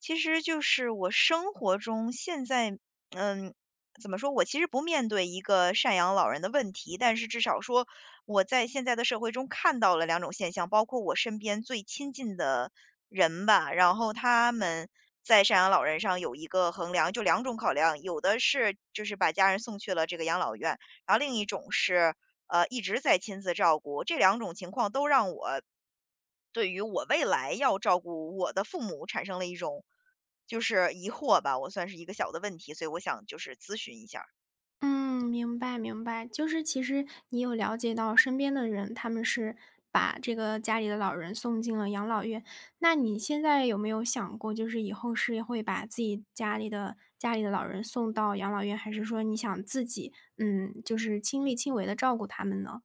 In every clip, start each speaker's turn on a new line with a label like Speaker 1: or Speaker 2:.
Speaker 1: 其实就是我生活中现在，嗯，怎么说？我其实不面对一个赡养老人的问题，但是至少说我在现在的社会中看到了两种现象，包括我身边最亲近的人吧，然后他们在赡养老人上有一个衡量，就两种考量，有的是就是把家人送去了这个养老院，然后另一种是一直在亲自照顾。这两种情况都让我对于我未来要照顾我的父母产生了一种就是疑惑吧，我算是一个小的问题，所以我想就是咨询一下儿。
Speaker 2: 嗯，明白明白，就是其实你有了解到身边的人，他们是把这个家里的老人送进了养老院。那你现在有没有想过，就是以后是会把自己家里的老人送到养老院，还是说你想自己，就是亲力亲为的照顾他们呢？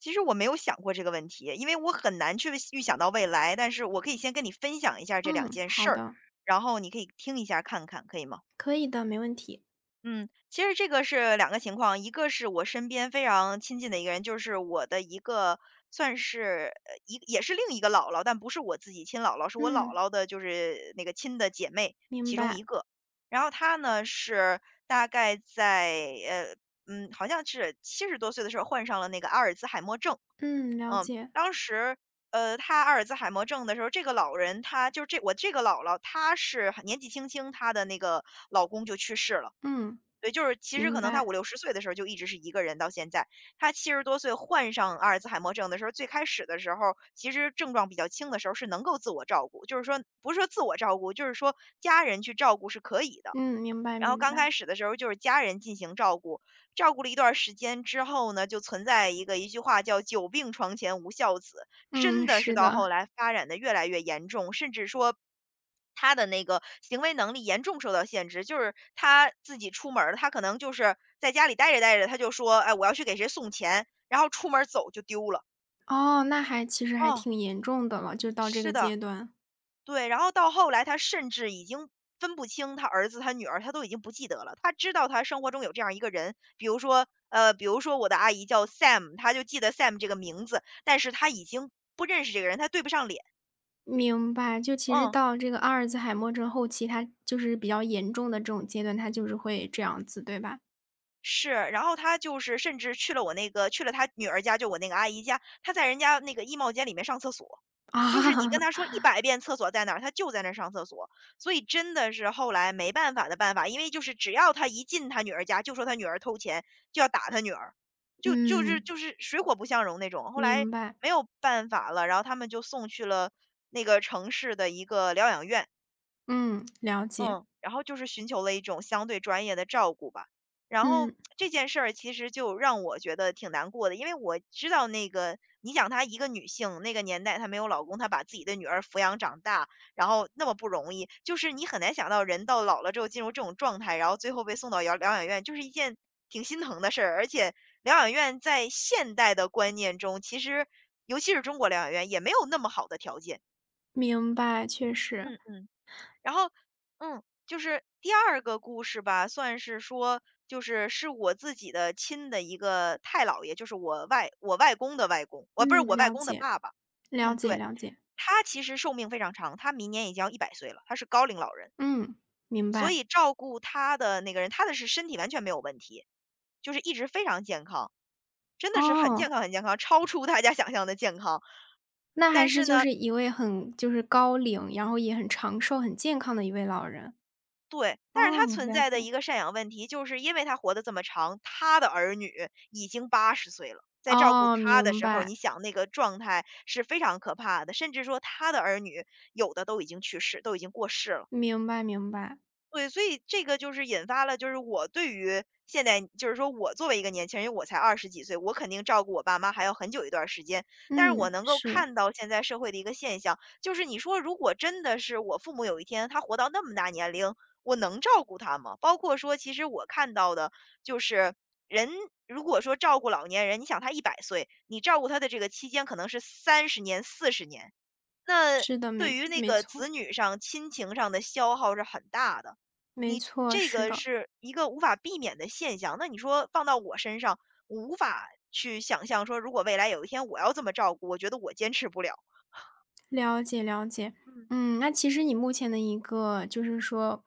Speaker 1: 其实我没有想过这个问题，因为我很难去预想到未来，但是我可以先跟你分享一下这两
Speaker 2: 嗯，
Speaker 1: 件事
Speaker 2: 好
Speaker 1: 儿，
Speaker 2: 的，
Speaker 1: 然后你可以听一下看看，可以吗？
Speaker 2: 可以的，没问题。
Speaker 1: 嗯，其实这个是两个情况，一个是我身边非常亲近的一个人，就是我的一个算是也是另一个姥姥，但不是我自己亲姥姥，是我姥
Speaker 2: 嗯，
Speaker 1: 姥的，就是那个亲的姐妹
Speaker 2: 明
Speaker 1: 其中一
Speaker 2: 白。
Speaker 1: 个。然后她呢是大概在好像是七十多岁的时候患上了那个阿尔兹海默症。
Speaker 2: 嗯，了
Speaker 1: 嗯，
Speaker 2: 解。
Speaker 1: 当时她阿尔兹海默症的时候，这个老人她就这我这个姥姥她是很年纪轻轻，她的那个老公就去世了。
Speaker 2: 嗯，
Speaker 1: 对，就是其实
Speaker 2: 明
Speaker 1: 可能他五
Speaker 2: 白。
Speaker 1: 六十岁的时候就一直是一个人到现在。他七十多岁患上阿尔兹海默症的时候，最开始的时候，其实症状比较轻的时候是能够自我照顾，就是说不是说自我照顾，就是说家人去照顾是可以的。
Speaker 2: 嗯，明白
Speaker 1: 然后
Speaker 2: 明
Speaker 1: 刚
Speaker 2: 白。
Speaker 1: 开始的时候就是家人进行照顾，照顾了一段儿时间之后呢，就存在一个一句话叫"久病床前无孝子"，真
Speaker 2: 嗯，
Speaker 1: 的是
Speaker 2: 是
Speaker 1: 到后
Speaker 2: 的。
Speaker 1: 来发展的越来越严重，甚至说他的那个行为能力严重受到限制，就是他自己出门儿，他可能就是在家里待着待着，他就说："哎，我要去给谁送钱。"然后出门儿走就丢了。
Speaker 2: 哦，那还其实还
Speaker 1: 哦，
Speaker 2: 挺严重的了，就到这
Speaker 1: 是
Speaker 2: 个
Speaker 1: 的。
Speaker 2: 阶段。
Speaker 1: 对，然后到后来，他甚至已经分不清他儿子、他女儿，他都已经不记得了。他知道他生活中有这样一个人，比如说，比如说我的阿姨叫 Sam，他就记得 Sam 这个名字，但是他已经不认识这个人，他对不上脸。
Speaker 2: 明白，就其实
Speaker 1: 嗯。
Speaker 2: 到这个阿尔兹海默症后期，它就是比较严重的这种阶段，它就是会这样子，对吧？
Speaker 1: 是，然后他就是甚至去了我那个去了他女儿家，就我那个阿姨家，他在人家那个衣帽间里面上厕所。就是你跟他说
Speaker 2: 啊，
Speaker 1: 100遍厕所在哪儿，他就在那儿上厕所。所以真的是后来没办法的办法，因为就是只要他一进他女儿家，就说他女儿偷钱，就要打他女儿，就就是
Speaker 2: 嗯，
Speaker 1: 就是水火不相容那种。后来
Speaker 2: 明白。
Speaker 1: 没有办法了，然后他们就送去了那个城市的一个疗养院。
Speaker 2: 嗯，了解。
Speaker 1: 嗯。然后就是寻求了一种相对专业的照顾吧。然后
Speaker 2: 嗯，
Speaker 1: 这件事儿其实就让我觉得挺难过的，因为我知道那个你想她一个女性，那个年代她没有老公，她把自己的女儿抚养长大，然后那么不容易，就是你很难想到人到老了之后进入这种状态，然后最后被送到疗养院，就是一件挺心疼的事儿。而且疗养院在现代的观念中，其实尤其是中国疗养院也没有那么好的条件。
Speaker 2: 明白，确实。
Speaker 1: 嗯嗯。然后，就是第二个故事吧，算是说，就是我自己的亲的一个太姥爷，就是我外公的外公，我不是
Speaker 2: 嗯，
Speaker 1: 我外
Speaker 2: 了
Speaker 1: 公的
Speaker 2: 解，
Speaker 1: 爸爸。
Speaker 2: 了
Speaker 1: 嗯，
Speaker 2: 解，
Speaker 1: 对，
Speaker 2: 了解。
Speaker 1: 他其实寿命非常长，他明年已经要1 0岁了，他是高龄老人，
Speaker 2: 嗯，明
Speaker 1: 所
Speaker 2: 白。
Speaker 1: 以照顾他的那个人，他的是身体完全没有问题，就是一直非常健康，真的是很健
Speaker 2: 哦，
Speaker 1: 康很健康，超出大家想象的健康。
Speaker 2: 那
Speaker 1: 但
Speaker 2: 还
Speaker 1: 是
Speaker 2: 是就
Speaker 1: 呢，
Speaker 2: 是一位很就是高龄，然后也很长寿、很健康的一位老人。
Speaker 1: 对，但是他
Speaker 2: 哦，
Speaker 1: 存
Speaker 2: 了
Speaker 1: 在的
Speaker 2: 解。
Speaker 1: 一个赡养问题，就是因为他活得这么长，他的儿女已经80岁了，在照顾
Speaker 2: 哦，
Speaker 1: 他的
Speaker 2: 明
Speaker 1: 时候，
Speaker 2: 白。
Speaker 1: 你想那个状态是非常可怕的，甚至说他的儿女有的都已经去世，都已经过世了。
Speaker 2: 明白明白。
Speaker 1: 对，所以这个就是引发了，就是我对于现在，就是说我作为一个年轻人，因为我才20几岁，我肯定照顾我爸妈还要很久一段儿时间。但是我
Speaker 2: 嗯，
Speaker 1: 能够
Speaker 2: 是，
Speaker 1: 看到现在社会的一个现象，就是你说如果真的是我父母有一天他活到那么大年龄，我能照顾他吗？包括说，其实我看到的就是人。如果说照顾老年人，你想他100岁，你照顾他的这个期间可能是30年、40年，那
Speaker 2: 是的，没
Speaker 1: 对于那
Speaker 2: 没
Speaker 1: 个
Speaker 2: 错，
Speaker 1: 子女上、亲情上的消耗是很大的，
Speaker 2: 没
Speaker 1: 你
Speaker 2: 错，
Speaker 1: 这
Speaker 2: 是
Speaker 1: 个
Speaker 2: 的。
Speaker 1: 是一个无法避免的现象。那你说放到我身上，我无法去想象说，如果未来有一天我要这么照顾，我觉得我坚持不了。
Speaker 2: 了解了解。
Speaker 1: 嗯。
Speaker 2: 嗯，那其实你目前的一个就是说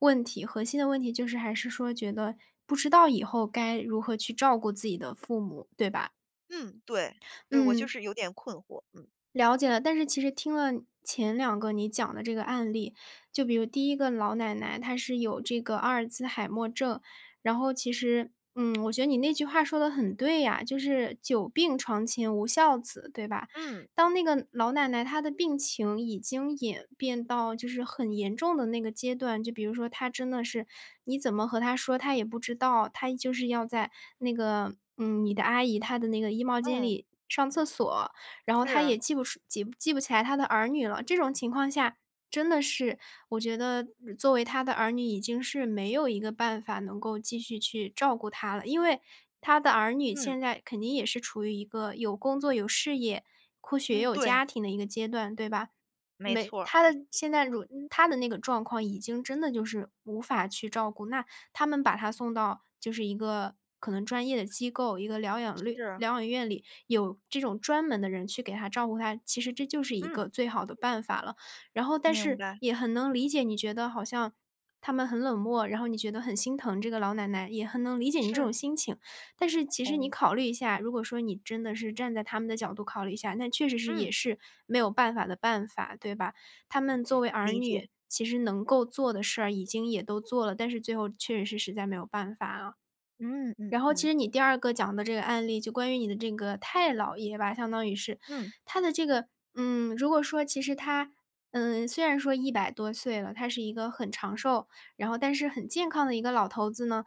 Speaker 2: 问题，核心的问题就是还是说觉得不知道以后该如何去照顾自己的父母，对吧？
Speaker 1: 嗯，对。对，我就
Speaker 2: 嗯，
Speaker 1: 是有点困惑，嗯。
Speaker 2: 了解了，但是其实听了前两个你讲的这个案例，就比如第一个老奶奶，她是有这个阿尔兹海默症，然后其实，我觉得你那句话说的很对呀，就是“久病床前无孝子”，对吧？
Speaker 1: 嗯。
Speaker 2: 当那个老奶奶她的病情已经演变到就是很严重的那个阶段，就比如说她真的是你怎么和她说她也不知道，她就是要在那个，你的阿姨她的那个衣帽间
Speaker 1: 嗯，
Speaker 2: 里上厕所，然后他
Speaker 1: 是，
Speaker 2: 也记不起来他的儿女了。这种情况下，真的是我觉得作为他的儿女，已经是没有一个办法能够继续去照顾他了。因为他的儿女
Speaker 1: 嗯。
Speaker 2: 现在肯定也是处于一个有工作、有事业，或许也
Speaker 1: 嗯，
Speaker 2: 有家
Speaker 1: 对，
Speaker 2: 庭的一个阶段，对吧？
Speaker 1: 没
Speaker 2: 没
Speaker 1: 错儿，
Speaker 2: 他的现在如他的那个状况已经真的就是无法去照顾，那他们把他送到就是一个可能专业的机构，一个
Speaker 1: 是，
Speaker 2: 疗养院里，有这种专门的人去给他照顾他，其实这就是一
Speaker 1: 嗯，
Speaker 2: 个最好的办法了。然后但
Speaker 1: 明
Speaker 2: 是
Speaker 1: 白，
Speaker 2: 也很能理解，你觉得好像他们很冷漠，然后你觉得很心疼这个老奶奶，也很能理解你这
Speaker 1: 是。
Speaker 2: 种心情。但是其实你
Speaker 1: 哦，
Speaker 2: 考虑一下，如果说你真的是站在他们的角度考虑一下，那确实是也
Speaker 1: 嗯，
Speaker 2: 是没有办法的办法，对吧？他们作为儿
Speaker 1: 理解，
Speaker 2: 女，其实能够做的事儿已经也都做了，但是最后确实是实在没有办法啊。
Speaker 1: 嗯嗯
Speaker 2: 然后其
Speaker 1: 嗯。
Speaker 2: 实你第二个讲的这个案例，就关于你的这个太姥爷吧，相当于是，
Speaker 1: 嗯，
Speaker 2: 他的这个，如果说其实他，虽然说一百多岁了，他是一个很长寿，然后但是很健康的一个老头子呢，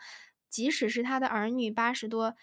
Speaker 2: 即使是他的儿女八十多，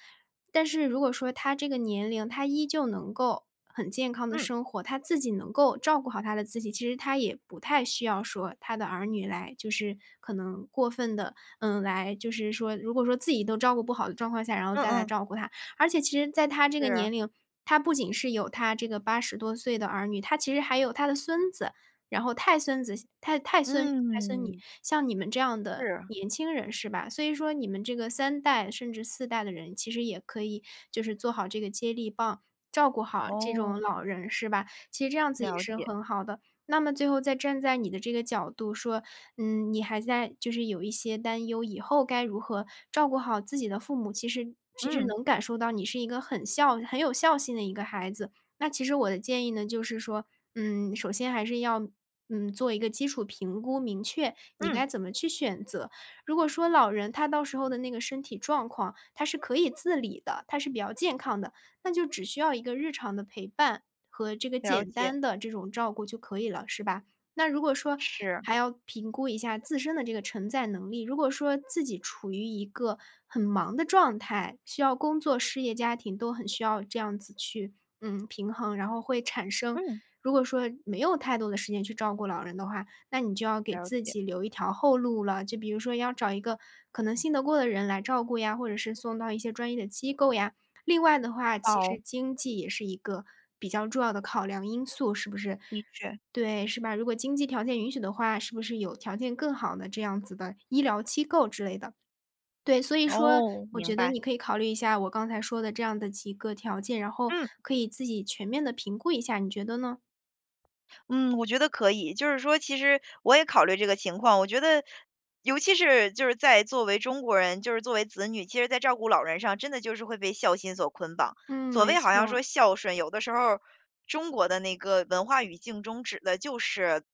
Speaker 2: 但是如果说他这个年龄，他依旧能够很健康的
Speaker 1: 嗯，
Speaker 2: 生活，他自己能够照顾好他的自己，其实他也不太需要说他的儿女来就是可能过分的。来就是说，如果说自己都照顾不好的状况下，然后
Speaker 1: 嗯
Speaker 2: 再来
Speaker 1: 嗯，
Speaker 2: 照顾他。而且其实在他这个年
Speaker 1: 是，
Speaker 2: 龄，他不仅是有他这个八十多岁的儿女，他其实还有他的孙子，然后太孙子、太太孙、太孙女，
Speaker 1: 嗯。
Speaker 2: 像你们这样的
Speaker 1: 是。
Speaker 2: 年轻人是吧？所以说你们这个三代甚至四代的人，其实也可以就是做好这个接力棒，照顾好这种
Speaker 1: 哦，
Speaker 2: 老人是吧？其实这样子也
Speaker 1: 了
Speaker 2: 是
Speaker 1: 解。
Speaker 2: 很好的。那么最后再站在你的这个角度说，你还在就是有一些担忧，以后该如何照顾好自己的父母，其实
Speaker 1: 嗯，
Speaker 2: 能感受到你是一个很孝很有孝心的一个孩子。那其实我的建议呢，就是说，首先还是要，做一个基础评估，明确你
Speaker 1: 嗯，
Speaker 2: 该怎么去选择。如果说老人他到时候的那个身体状况，他是可以自理的，他是比较健康的，那就只需要一个日常的陪伴和这个
Speaker 1: 了
Speaker 2: 简
Speaker 1: 解，
Speaker 2: 单的这种照顾就可以了，是吧？那如果说
Speaker 1: 是，
Speaker 2: 还要评估一下自身的这个承载能力，如果说自己处于一个很忙的状态，需要工作、事业、家庭都很需要这样子去，平衡，然后会产生
Speaker 1: 嗯，
Speaker 2: 如果说没有太多的时间去照顾老人的话，那你就要给
Speaker 1: 了
Speaker 2: 自
Speaker 1: 解。
Speaker 2: 己留一条后路了。就比如说要找一个可能信得过的人来照顾呀，或者是送到一些专业的机构呀。另外的话，其
Speaker 1: 哦，
Speaker 2: 实经济也是一个比较重要的考量因素，是不是？
Speaker 1: 的确。
Speaker 2: 对，是吧？如果经济条件允许的话，是不是有条件更好的这样子的医疗机构之类的？对，所以说
Speaker 1: 哦，
Speaker 2: 我
Speaker 1: 明
Speaker 2: 觉得
Speaker 1: 白，
Speaker 2: 你可以考虑一下我刚才说的这样的几个条件，然后
Speaker 1: 嗯。
Speaker 2: 可以自己全面的评估一下，你觉得呢？
Speaker 1: 嗯，我觉得可以。就是说其实我也考虑这个情况，我觉得尤其是就是在作为中国人，就是作为子女，其实在照顾老人上，真的就是会被孝心所捆绑。
Speaker 2: 嗯，
Speaker 1: 所
Speaker 2: 没
Speaker 1: 谓好像说
Speaker 2: 错。
Speaker 1: 孝顺，有的时候中国的那个文化语境中指的就是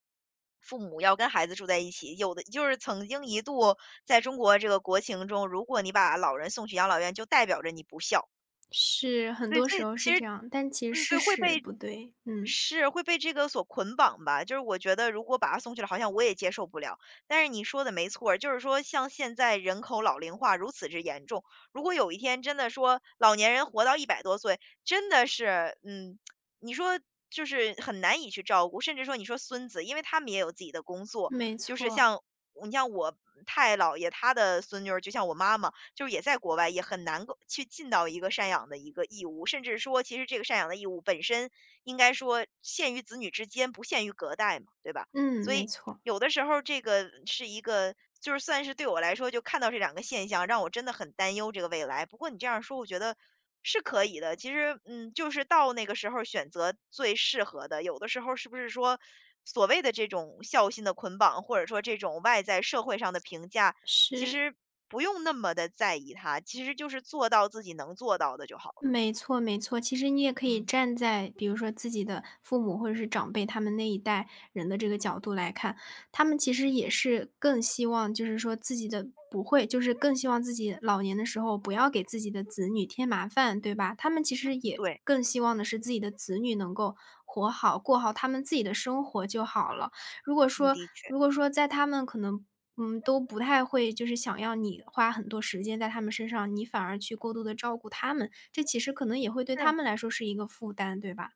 Speaker 1: 父母要跟孩子住在一起。有的就是曾经一度在中国这个国情中，如果你把老人送去养老院，就代表着你不孝。
Speaker 2: 是，很
Speaker 1: 对，
Speaker 2: 多
Speaker 1: 所
Speaker 2: 时
Speaker 1: 以
Speaker 2: 候是
Speaker 1: 其
Speaker 2: 这
Speaker 1: 实
Speaker 2: 样，但其实
Speaker 1: 嗯，
Speaker 2: 事
Speaker 1: 对，会
Speaker 2: 实
Speaker 1: 被，
Speaker 2: 不对。嗯，
Speaker 1: 是，会被这个所捆绑吧。就是我觉得如果把他送去了，好像我也接受不了。但是你说的没错儿，就是说像现在人口老龄化如此之严重，如果有一天真的说老年人活到100多岁，真的是，嗯，你说就是很难以去照顾，甚至说你说孙子，因为他们也有自己的工作，
Speaker 2: 没
Speaker 1: 就是
Speaker 2: 错。
Speaker 1: 像我太姥爷他的孙女儿，就像我妈妈，就是也在国外，也很难够去尽到一个赡养的一个义务，甚至说，其实这个赡养的义务本身应该说限于子女之间，不限于隔代嘛，对吧？
Speaker 2: 嗯，
Speaker 1: 所
Speaker 2: 没
Speaker 1: 以
Speaker 2: 错。
Speaker 1: 有的时候这个是一个，就是算是对我来说，就看到这两个现象，让我真的很担忧这个未来。不过你这样说，我觉得是可以的。其实，就是到那个时候选择最适合的。有的时候是不是说所谓的这种孝心的捆绑，或者说这种外在社会上的评价，其
Speaker 2: 是。
Speaker 1: 实不用那么的在意它，其实就是做到自己能做到的就好了。
Speaker 2: 没错没错，其实你也可以
Speaker 1: 嗯，
Speaker 2: 站在比如说自己的父母或者是长辈他们那一代人的这个角度来看，他们其实
Speaker 1: 嗯
Speaker 2: 也是更希望就是说自己的不会就是更希望自己老年的时候不要给自己的子女添麻烦，对吧？他们其
Speaker 1: 嗯。
Speaker 2: 实也
Speaker 1: 对，
Speaker 2: 更希望的是自己的子女能够活好，过好他们自己的生活就好了。如果
Speaker 1: 嗯，
Speaker 2: 说
Speaker 1: 的确，
Speaker 2: 如果说在他们可能，都不太会，就是想要你花很多时间在他们身上，你反而去过度的照顾他们，这其实可能也会对他
Speaker 1: 是。
Speaker 2: 们来说是一个负担，对吧？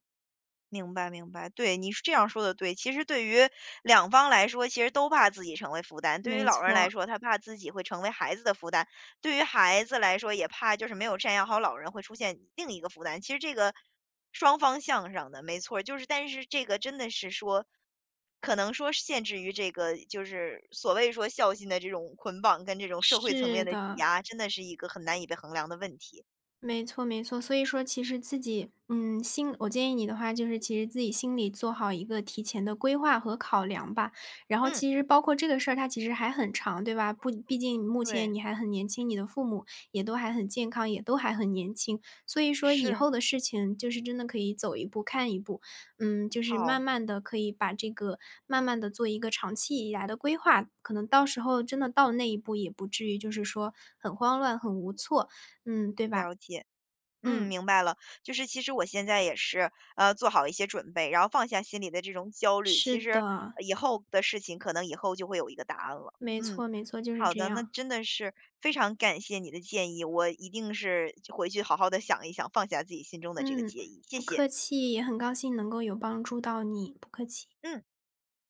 Speaker 1: 明白明白，对，你是这样说的对。其实对于两方来说，其实都怕自己成为负担。对于
Speaker 2: 没
Speaker 1: 老人来
Speaker 2: 错，
Speaker 1: 说，他怕自己会成为孩子的负担；对于孩子来说，也怕就是没有赡养好老人会出现另一个负担。其实这个双方向上的，没错儿，就是但是这个真的是说，可能说是限制于这个就是所谓说孝心的这种捆绑跟这种社会层面
Speaker 2: 是
Speaker 1: 的挤
Speaker 2: 的。
Speaker 1: 压，真的是一个很难以被衡量的问题。
Speaker 2: 没错，没错。所以说其实自己，心我建议你的话就是其实自己心里做好一个提前的规划和考量吧。然后
Speaker 1: 嗯，
Speaker 2: 其实包括这个事儿，它其实还很长，对吧？不，毕竟目前
Speaker 1: 对，
Speaker 2: 你还很年轻，你的父母也都还很健康，也都还很年轻。所以说以
Speaker 1: 是，
Speaker 2: 后的事情就是真的可以走一步看一步，就是慢
Speaker 1: 好，
Speaker 2: 慢的可以把这个慢慢的做一个长期以来的规划，可能到时候真的到那一步也不至于就是说很慌乱、很无措，对吧？
Speaker 1: 了解。嗯，
Speaker 2: 嗯，
Speaker 1: 明白了。就是其实我现在也是，做好一些准备，然后放下心里的这种焦虑。
Speaker 2: 是
Speaker 1: 其实
Speaker 2: 的，
Speaker 1: 以后的事情，可能以后就会有一个答案了。
Speaker 2: 没
Speaker 1: 嗯，
Speaker 2: 错没错，就是
Speaker 1: 好
Speaker 2: 这
Speaker 1: 的，那
Speaker 2: 样。
Speaker 1: 真的是非常感谢你的建议，我一定是回去好好的想一想，放下自己心中的这个
Speaker 2: 嗯，
Speaker 1: 介意。谢
Speaker 2: 不
Speaker 1: 谢。
Speaker 2: 客气，也很高兴能够有帮助到你，不客气。
Speaker 1: 嗯。